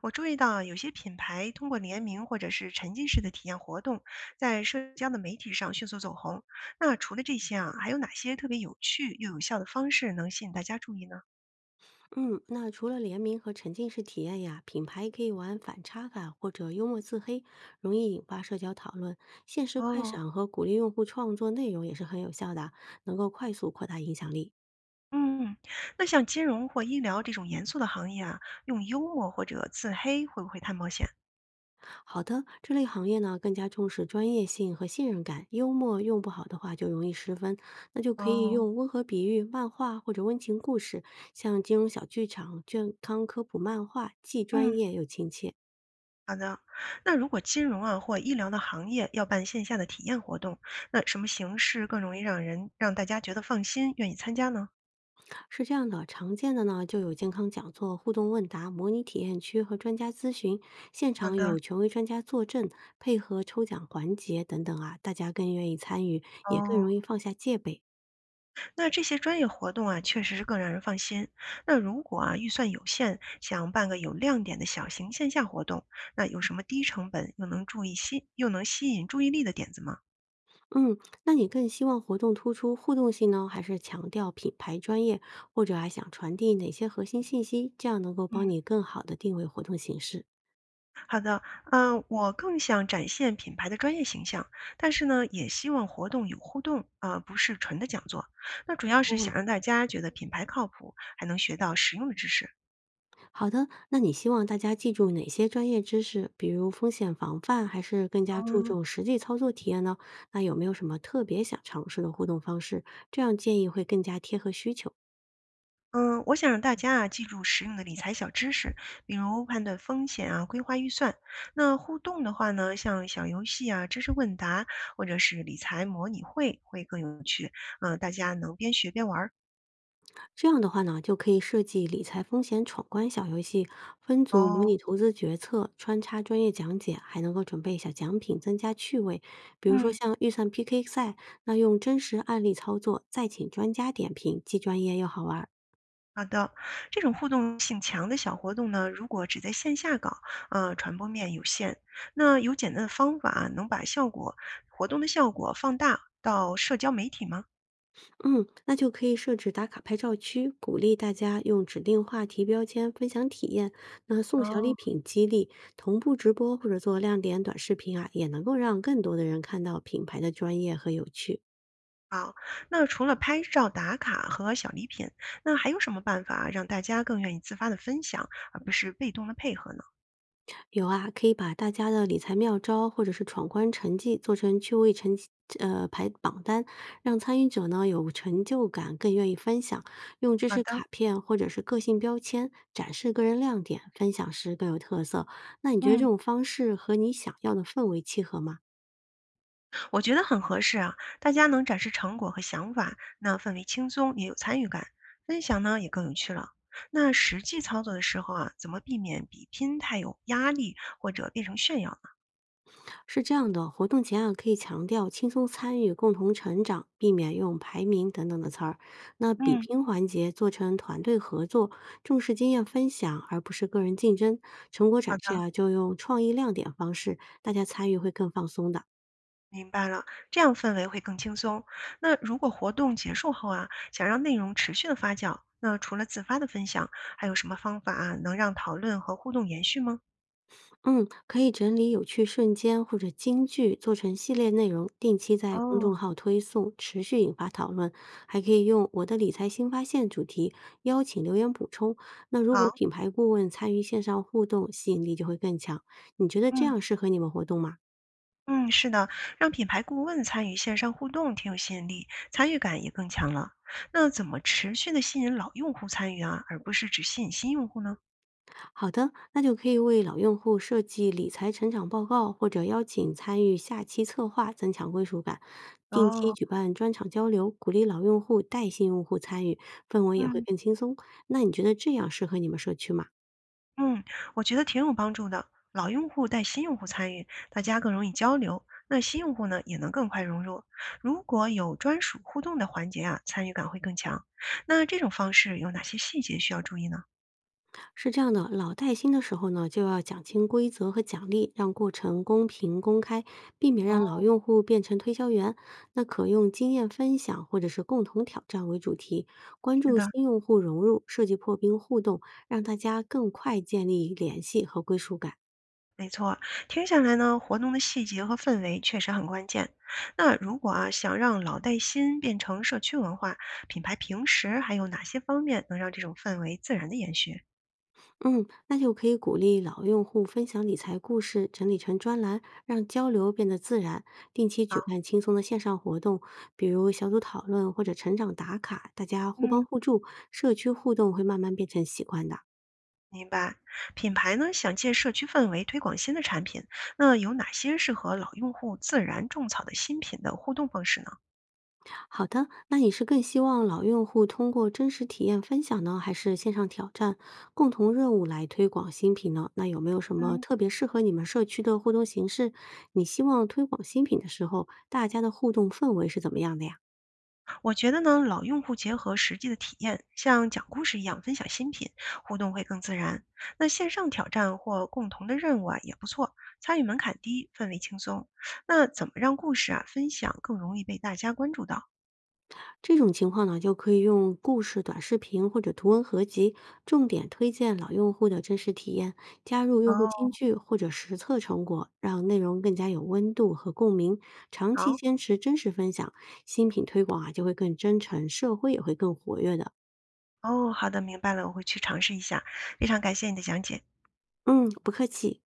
我注意到有些品牌通过联名或者是沉浸式的体验活动，在社交的媒体上迅速走红。那除了这些啊，还有哪些特别有趣又有效的方式能吸引大家注意呢？嗯，那除了联名和沉浸式体验呀，品牌可以玩反差法或者幽默自黑，容易引发社交讨论。限时快哦。闪和鼓励用户创作内容也是很有效的，能够快速扩大影响力。嗯。那像金融或医疗这种严肃的行业啊，用幽默或者自黑会不会太冒险？好的，这类行业呢更加重视专业性和信任感，幽默用不好的话就容易失分，那就可以哦。用温和比喻、漫画或者温情故事，像金融小剧场、健康科普漫画，既专嗯，业又亲切。好的。那如果金融啊或医疗的行业要办线下的体验活动，那什么形式更容易让大家觉得放心，愿意参加呢？是这样的，常见的呢就有健康讲座、互动问答、模拟体验区和专家咨询，现好场的。有权威专家坐镇，配合抽奖环节等等啊，大家更愿意参与，也更哦。容易放下戒备。那这些专业活动啊，确实是更让人放心。那如果啊预算有限，想办个有亮点的小型线下活动，那有什么低成本又能吸引注意力的点子吗？嗯，那你更希望活动突出互动性呢，还是强调品牌专业，或者还想传递哪些核心信息？这样能够嗯，帮你更好的定位活动形式。好的。我更想展现品牌的专业形象，但是呢，也希望活动有互动，啊，不是纯的讲座。那主要是哦，想让大家觉得品牌靠谱，还能学到实用的知识。好的，那你希望大家记住哪些专业知识？比如风险防范，还是更加注嗯。重实际操作体验呢？那有没有什么特别想尝试的互动方式？这样建议会更加贴合需求。嗯，我想让大家啊记住实用的理财小知识，比如判断风险啊、规划预算。那互动的话呢，像小游戏啊、知识问答或者是理财模拟会更有趣。大家能边学边玩儿。这样的话呢，就可以设计理财风险闯关小游戏，分组模哦。拟投资决策，穿插专业讲解，还能够准备小奖品，增加趣味。比如说嗯，像预算 PK 赛，那用真实案例操作，再请专家点评，既专业又好玩儿。好的。这种互动性强的小活动呢，如果只在线下搞，传播面有限。那有简单的方法能把效果活动的效果放大到社交媒体吗？嗯，那就可以设置打卡拍照区，鼓励大家用指定话题标签分享体验。那送小礼哦。品激励，同步直播或者做亮点短视频啊，也能够让更多的人看到品牌的专业和有趣。好。那除了拍照打卡和小礼品，那还有什么办法让大家更愿意自发的分享，而不是被动的配合呢？有啊，可以把大家的理财妙招或者是闯关成绩做成趣味成绩排榜单，让参与者呢有成就感，更愿意分享。用知好识的。卡片或者是个性标签展示个人亮点，分享时更有特色。那你觉得这嗯，种方式和你想要的氛围契合吗？我觉得很合适啊，大家能展示成果和想法，那氛围轻松，也有参与感，分享呢也更有趣了。那实际操作的时候啊，怎么避免比拼太有压力或者变成炫耀呢？是这样的，活动前啊，可以强调轻松参与、共同成长，避免用排名等等的词儿。那比嗯，拼环节做成团队合作，重视经验分享，而不是个人竞争。成果好展示的。啊，就用创意亮点方式，大家参与会更放松的。明白了，这样氛围会更轻松。那如果活动结束后啊，想让内容持续的发酵，那除了自发的分享，还有什么方法啊，能让讨论和互动延续吗？嗯，可以整理有趣瞬间或者金句，做成系列内容，定期在公众哦。号推送，持续引发讨论。还可以用“我的理财新发现”主题邀请留言补充。那如果好。品牌顾问参与线上互动，吸引力就会更强。你觉得这嗯样适合你们活动吗？嗯，是的，让品牌顾问参与线上互动挺有吸引力，参与感也更强了。那怎么持续的吸引老用户参与啊，而不是只吸引新用户呢？好的，那就可以为老用户设计理财成长报告，或者邀请参与下期策划，增强归属感。定期哦。举办专场交流，鼓励老用户带新用户参与，氛围也会嗯。更轻松。那你觉得这样适合你们社区吗？嗯，我觉得挺有帮助的。老用户带新用户参与，大家更容易交流，那新用户呢也能更快融入。如果有专属互动的环节啊，参与感会更强。那这种方式有哪些细节需要注意呢？是这样的，老带新的时候呢，就要讲清规则和奖励，让过程公平公开，避免让哦，老用户变成推销员。那可用经验分享或者是共同挑战为主题，关是注的，新用户融入，设计破冰互动，让大家更快建立联系和归属感。没错。听下来呢，活动的细节和氛围确实很关键。那如果啊想让老带新变成社区文化，品牌平时还有哪些方面能让这种氛围自然的延续？嗯，那就可以鼓励老用户分享理财故事，整理成专栏，让交流变得自然。定期举办轻松的线上活动，比如小组讨论或者成长打卡，大家互嗯。帮互助，社区互动会慢慢变成习惯的。明白，品牌呢想借社区氛围推广新的产品，那有哪些适合老用户自然种草的新品的互动方式呢？好的，那你是更希望老用户通过真实体验分享呢，还是线上挑战共同任务来推广新品呢？那有没有什么嗯，特别适合你们社区的互动形式？你希望推广新品的时候，大家的互动氛围是怎么样的呀？我觉得呢，老用户结合实际的体验，像讲故事一样分享新品，互动会更自然。那线上挑战或共同的任务啊也不错，参与门槛低，氛围轻松。那怎么让故事啊分享更容易被大家关注到？这种情况呢，就可以用故事短视频或者图文合集，重点推荐老用户的真实体验，加入用户哦。金句或者实测成果，让内容更加有温度和共鸣。长期好。坚持真实分享，新品推广啊就会更真诚，社会也会更活跃的。哦，好的，明白了，我会去尝试一下。非常感谢你的讲解。嗯，不客气。